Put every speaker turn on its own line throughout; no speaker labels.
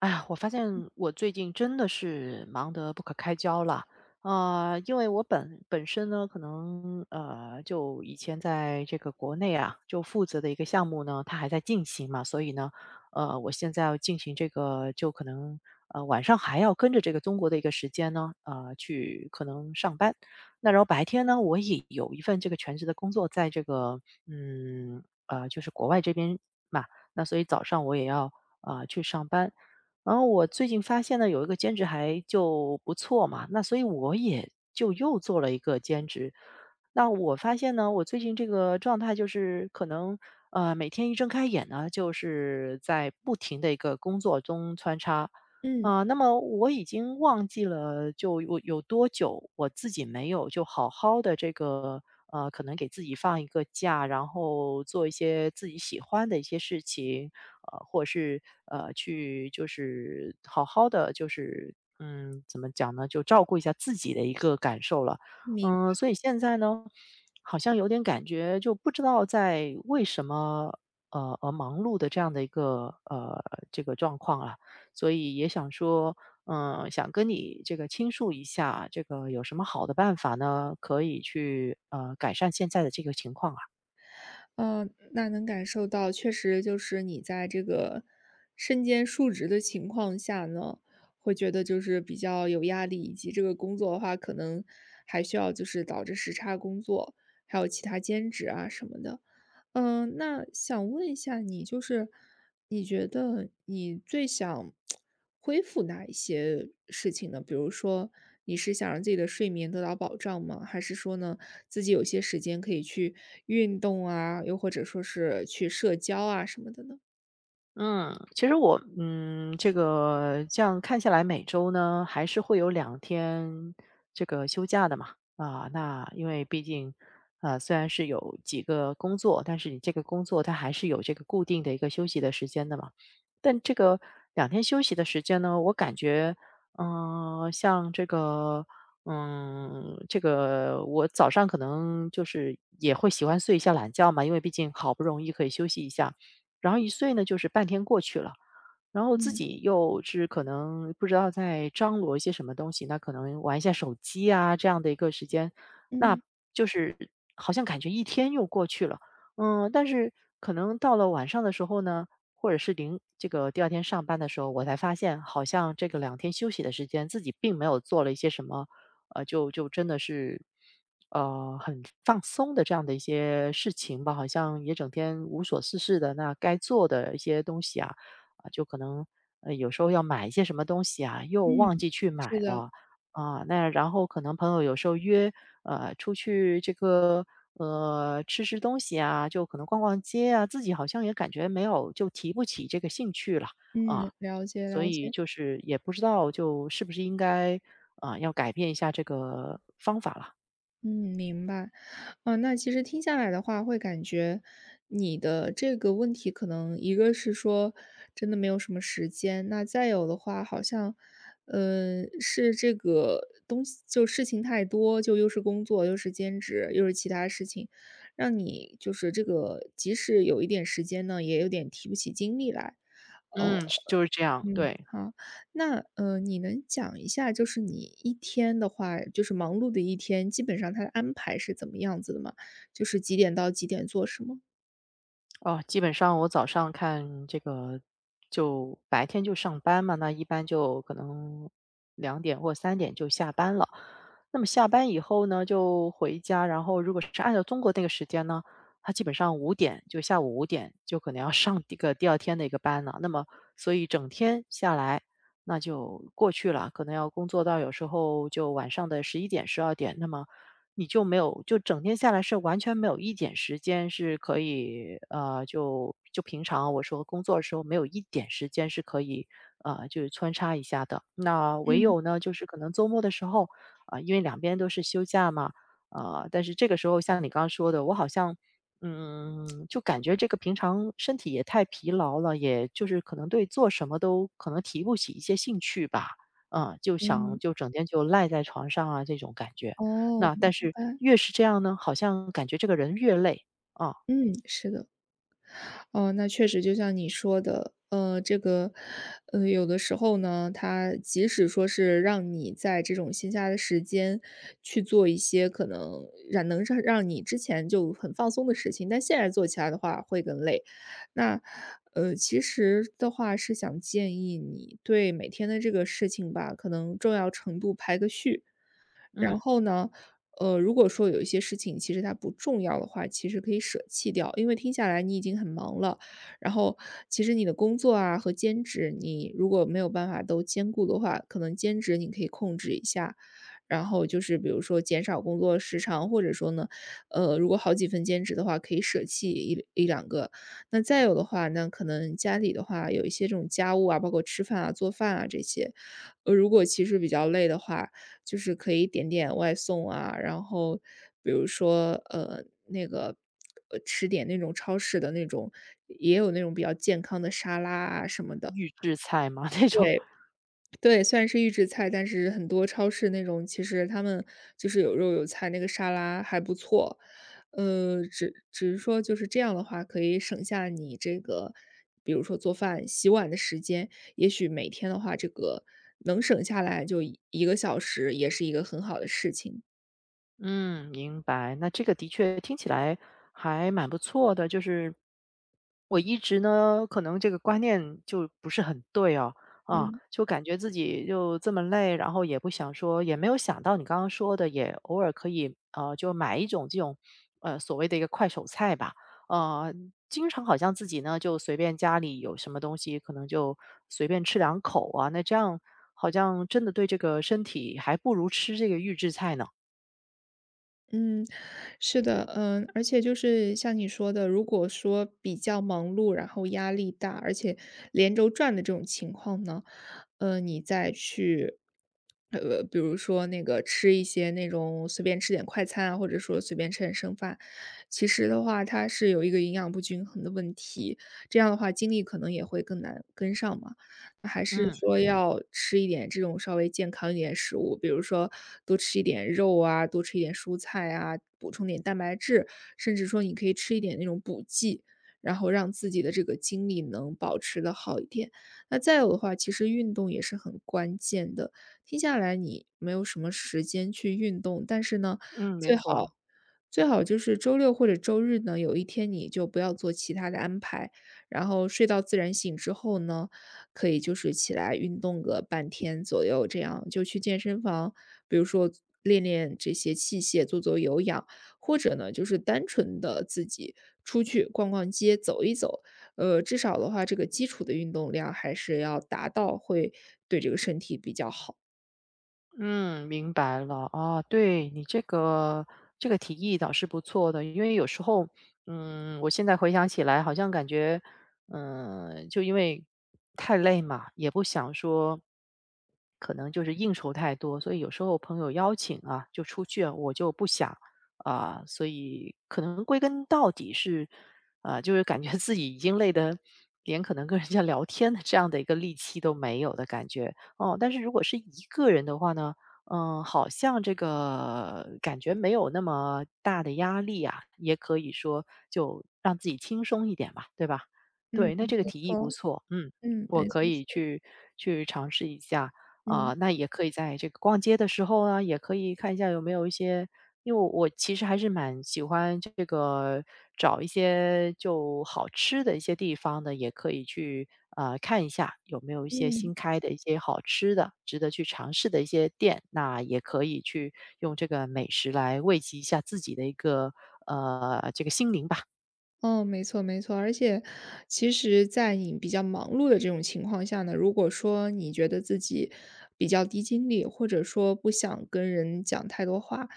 哎呀，我发现我最近真的是忙得不可开交了，啊！因为我本身呢，可能就以前在这个国内啊，就负责的一个项目呢，它还在进行嘛，所以呢，我现在要进行这个，就可能晚上还要跟着这个中国的一个时间呢，去可能上班，那然后白天呢，我也有一份这个全职的工作，在这个就是国外这边嘛，那所以早上我也要去上班。然后我最近发现呢，有一个兼职还就不错嘛，那所以我也就又做了一个兼职。那我发现呢，我最近这个状态就是可能，每天一睁开眼呢，就是在不停的一个工作中穿插，
嗯，
啊，那么我已经忘记了，就有多久我自己没有就好好的这个可能给自己放一个假，然后做一些自己喜欢的一些事情，或者是去就是好好的就是怎么讲呢，就照顾一下自己的一个感受了。
明
嗯，所以现在呢，好像有点感觉，就不知道在为什么而忙碌的这样的一个这个状况啊。所以也想说，嗯，想跟你这个倾诉一下，这个有什么好的办法呢，可以去改善现在的这个情况啊？
那能感受到，确实就是你在这个身兼数职的情况下呢，会觉得就是比较有压力，以及这个工作的话，可能还需要就是导致时差工作，还有其他兼职啊什么的。那想问一下你，就是你觉得你最想恢复哪一些事情呢？比如说，你是想让自己的睡眠得到保障吗？还是说呢，自己有些时间可以去运动啊，又或者说是去社交啊什么的呢？
嗯，其实我,这个这样看下来，每周呢还是会有两天这个休假的嘛。啊，那因为毕竟，啊，虽然是有几个工作，但是你这个工作它还是有这个固定的一个休息的时间的嘛。但这个两天休息的时间呢，我感觉，像这个，嗯，这个我早上可能就是也会喜欢睡一下懒觉嘛，因为毕竟好不容易可以休息一下。然后一睡呢，就是半天过去了，然后自
嗯
己又是可能不知道在张罗一些什么东西，那可能玩一下手机啊这样的一个时间，那
嗯
就是好像感觉一天又过去了，嗯，但是可能到了晚上的时候呢，或者是零这个第二天上班的时候，我才发现好像这个两天休息的时间，自己并没有做了一些什么呃，就就真的是，很放松的这样的一些事情吧，好像也整天无所事事的。那该做的一些东西啊，啊，就可能有时候要买一些什么东西啊，又
嗯，
忘记去
是
买
的，
了啊。那然后可能朋友有时候约出去这个吃东西啊，就可能逛逛街啊，自己好像也感觉没有就提不起这个兴趣了
嗯，
啊。
了解
所
了
以
解，
就是也不知道就是不是应该，啊，要改变一下这个方法了。
嗯，明白。哦，那其实听下来的话，会感觉你的这个问题，可能一个是说真的没有什么时间，那再有的话，好像，是这个东西就事情太多，就又是工作，又是兼职，又是其他事情，让你就是这个即使有一点时间呢，也有点提不起精力来。哦。
嗯，是就是这样，
嗯，
对。
好，那你能讲一下，就是你一天的话，就是忙碌的一天，基本上它的安排是怎么样子的吗？就是几点到几点做什么？
哦，基本上我早上看这个就白天就上班嘛，那一般就可能2点或3点就下班了。那么下班以后呢，就回家，然后如果是按照中国那个时间呢，他基本上五点就下午5点就可能要上一个第二天的一个班了。那么所以整天下来，那就过去了，可能要工作到有时候就晚上的11点、12点。那么你就没有就整天下来是完全没有一点时间是可以，呃，就就平常我说工作的时候没有一点时间是可以，就是穿插一下的。那唯
嗯
有呢，就是可能周末的时候，啊、因为两边都是休假嘛，但是这个时候像你刚刚说的，我好像。嗯，就感觉这个平常身体也太疲劳了，也就是可能对做什么都可能提不起一些兴趣吧，嗯，就想
嗯，
就整天就赖在床上啊这种感觉。
哦，
那
明
但是
白，
越是这样呢，好像感觉这个人越累，啊，
嗯，是的。哦，那确实就像你说的，这个，有的时候呢，它即使说是让你在这种闲暇的时间去做一些可能让你之前就很放松的事情，但现在做起来的话会更累。那，其实的话是想建议你对每天的这个事情吧，可能重要程度排个序。
嗯，
然后呢，如果说有一些事情其实它不重要的话，其实可以舍弃掉，因为听下来你已经很忙了，然后其实你的工作啊和兼职，你如果没有办法都兼顾的话，可能兼职你可以控制一下，然后就是比如说减少工作时长，或者说呢，如果好几份兼职的话，可以舍弃一两个。那再有的话，那可能家里的话有一些这种家务啊，包括吃饭啊、做饭啊这些，如果其实比较累的话，就是可以点点外送啊，然后比如说，吃点那种超市的那种也有那种比较健康的沙拉啊什么的。
预制菜嘛 那种，
对，对，虽然是预制菜，但是很多超市那种其实他们就是有肉有菜，那个沙拉还不错。只是说就是这样的话，可以省下你这个，比如说做饭、洗碗的时间。也许每天的话，这个能省下来就一个小时，也是一个很好的事情。
嗯，明白。那这个的确听起来还蛮不错的，就是我一直呢，可能这个观念就不是很对哦，啊，
嗯。
就感觉自己就这么累，然后也不想说，也没有想到你刚刚说的，也偶尔可以就买一种这种所谓的一个快手菜吧，呃，经常好像自己呢就随便家里有什么东西，可能就随便吃两口啊，那这样好像真的对这个身体还不如吃这个预制菜呢，
嗯，是的，嗯，而且就是像你说的，如果说比较忙碌，然后压力大，而且连轴转的这种情况呢，你再去，比如说那个吃一些那种随便吃点快餐啊，或者说随便吃点剩饭，其实的话，它是有一个营养不均衡的问题，这样的话精力可能也会更难跟上嘛。还是
嗯。
说要吃一点这种稍微健康一点的食物，比如说多吃一点肉啊，多吃一点蔬菜啊，补充点蛋白质，甚至说你可以吃一点那种补剂，然后让自己的这个精力能保持的好一点。那再有的话，其实运动也是很关键的。听下来你没有什么时间去运动，但是呢，
嗯，没
最好
错，
最好就是周六或者周日呢，有一天你就不要做其他的安排，然后睡到自然醒之后呢，可以就是起来运动个半天左右，这样就去健身房，比如说练练这些器械，做做有氧，或者呢，就是单纯的自己出去逛逛街、走一走。至少的话，这个基础的运动量还是要达到，会对这个身体比较好。
嗯，明白了。啊，对，你这个这个提议倒是不错的，因为有时候，嗯，我现在回想起来，好像感觉，嗯，就因为太累嘛，也不想说，可能就是应酬太多，所以有时候朋友邀请啊，就出去啊，我就不想啊，所以可能归根到底是，啊，就是感觉自己已经累得连可能跟人家聊天的这样的一个力气都没有的感觉。哦，但是如果是一个人的话呢，嗯，好像这个感觉没有那么大的压力啊，也可以说就让自己轻松一点吧，对吧？
嗯，
对，那这个
没
提议不
错，
错，嗯，
嗯，
我
没
可
错，是
以
的，
去尝试一下
嗯
啊、那也可以在这个逛街的时候啊，也可以看一下有没有一些因为我其实还是蛮喜欢这个找一些就好吃的一些地方的，也可以去看一下有没有一些
嗯。
新开的一些好吃的、值得去尝试的一些店，那也可以去用这个美食来慰藉一下自己的一个这个心灵吧。
哦，没错没错，而且其实在你比较忙碌的这种情况下呢，如果说你觉得自己比较低精力，或者说不想跟人讲太多话，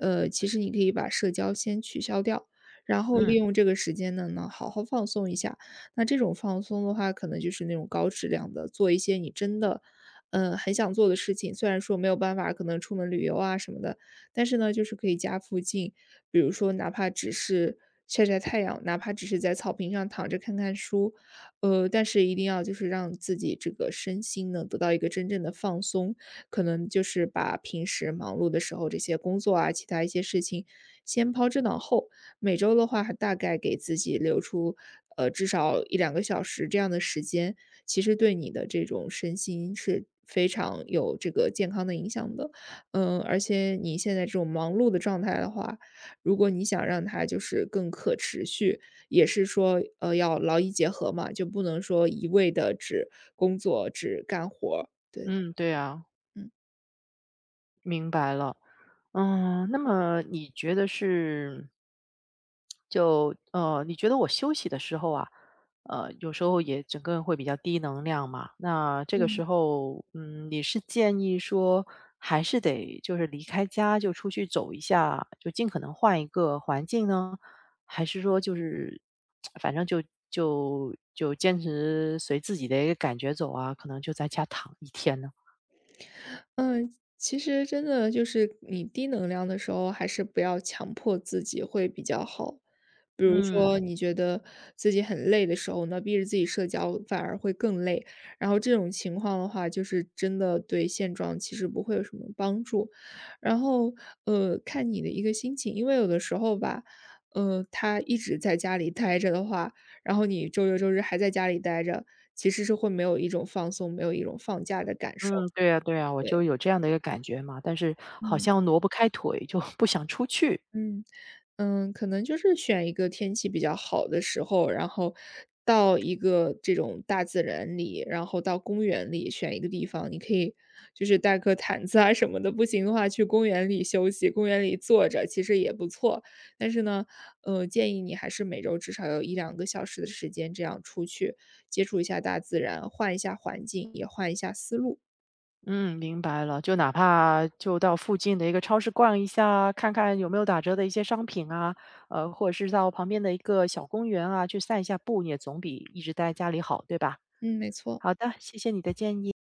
其实你可以把社交先取消掉，然后利
嗯
用这个时间呢，好好放松一下。那这种放松的话，可能就是那种高质量的，做一些你真的，很想做的事情。虽然说没有办法，可能出门旅游啊什么的，但是呢，就是可以家附近。比如说哪怕只是晒晒太阳，哪怕只是在草坪上躺着看看书，但是一定要就是让自己这个身心呢得到一个真正的放松，可能就是把平时忙碌的时候这些工作啊，其他一些事情先抛之脑后。每周的话，还大概给自己留出至少一两个小时这样的时间，其实对你的这种身心是非常有这个健康的影响的。而且你现在这种忙碌的状态的话，如果你想让它就是更可持续，也是说，要劳逸结合嘛，就不能说一味的只工作、只干活儿，对，
嗯，对啊，
嗯。
明白了。嗯，那么你觉得是就你觉得我休息的时候啊，有时候也整个人会比较低能量嘛。那这个时
嗯。
候，嗯，你是建议说还是得就是离开家就出去走一下，就尽可能换一个环境呢？还是说就是反正就就坚持随自己的一个感觉走啊，可能就在家躺一天呢？
嗯，其实真的就是你低能量的时候，还是不要强迫自己会比较好。比如说，
嗯。
你觉得自己很累的时候呢，逼着自己社交反而会更累。然后这种情况的话，就是真的对现状其实不会有什么帮助。然后，看你的一个心情，因为有的时候吧，他一直在家里待着的话，然后你周六周日还在家里待着，其实是会没有一种放松，没有一种放假的感受。
嗯，对呀，对呀，我就
对，
有这样的一个感觉嘛，但是好
嗯。
像挪不开腿，就 不想出去。
嗯可能就是选一个天气比较好的时候，然后到一个这种大自然里，然后到公园里选一个地方，你可以就是带个毯子啊什么的，不行的话去公园里休息，公园里坐着其实也不错。但是呢，建议你还是每周至少有一两个小时的时间这样出去接触一下大自然，换一下环境，也换一下思路。
嗯，明白了。就哪怕就到附近的一个超市逛一下，看看有没有打折的一些商品啊，或者是到旁边的一个小公园啊，去散一下步，也总比一直待在家里好，对吧？
嗯，没错。
好的，谢谢你的建议。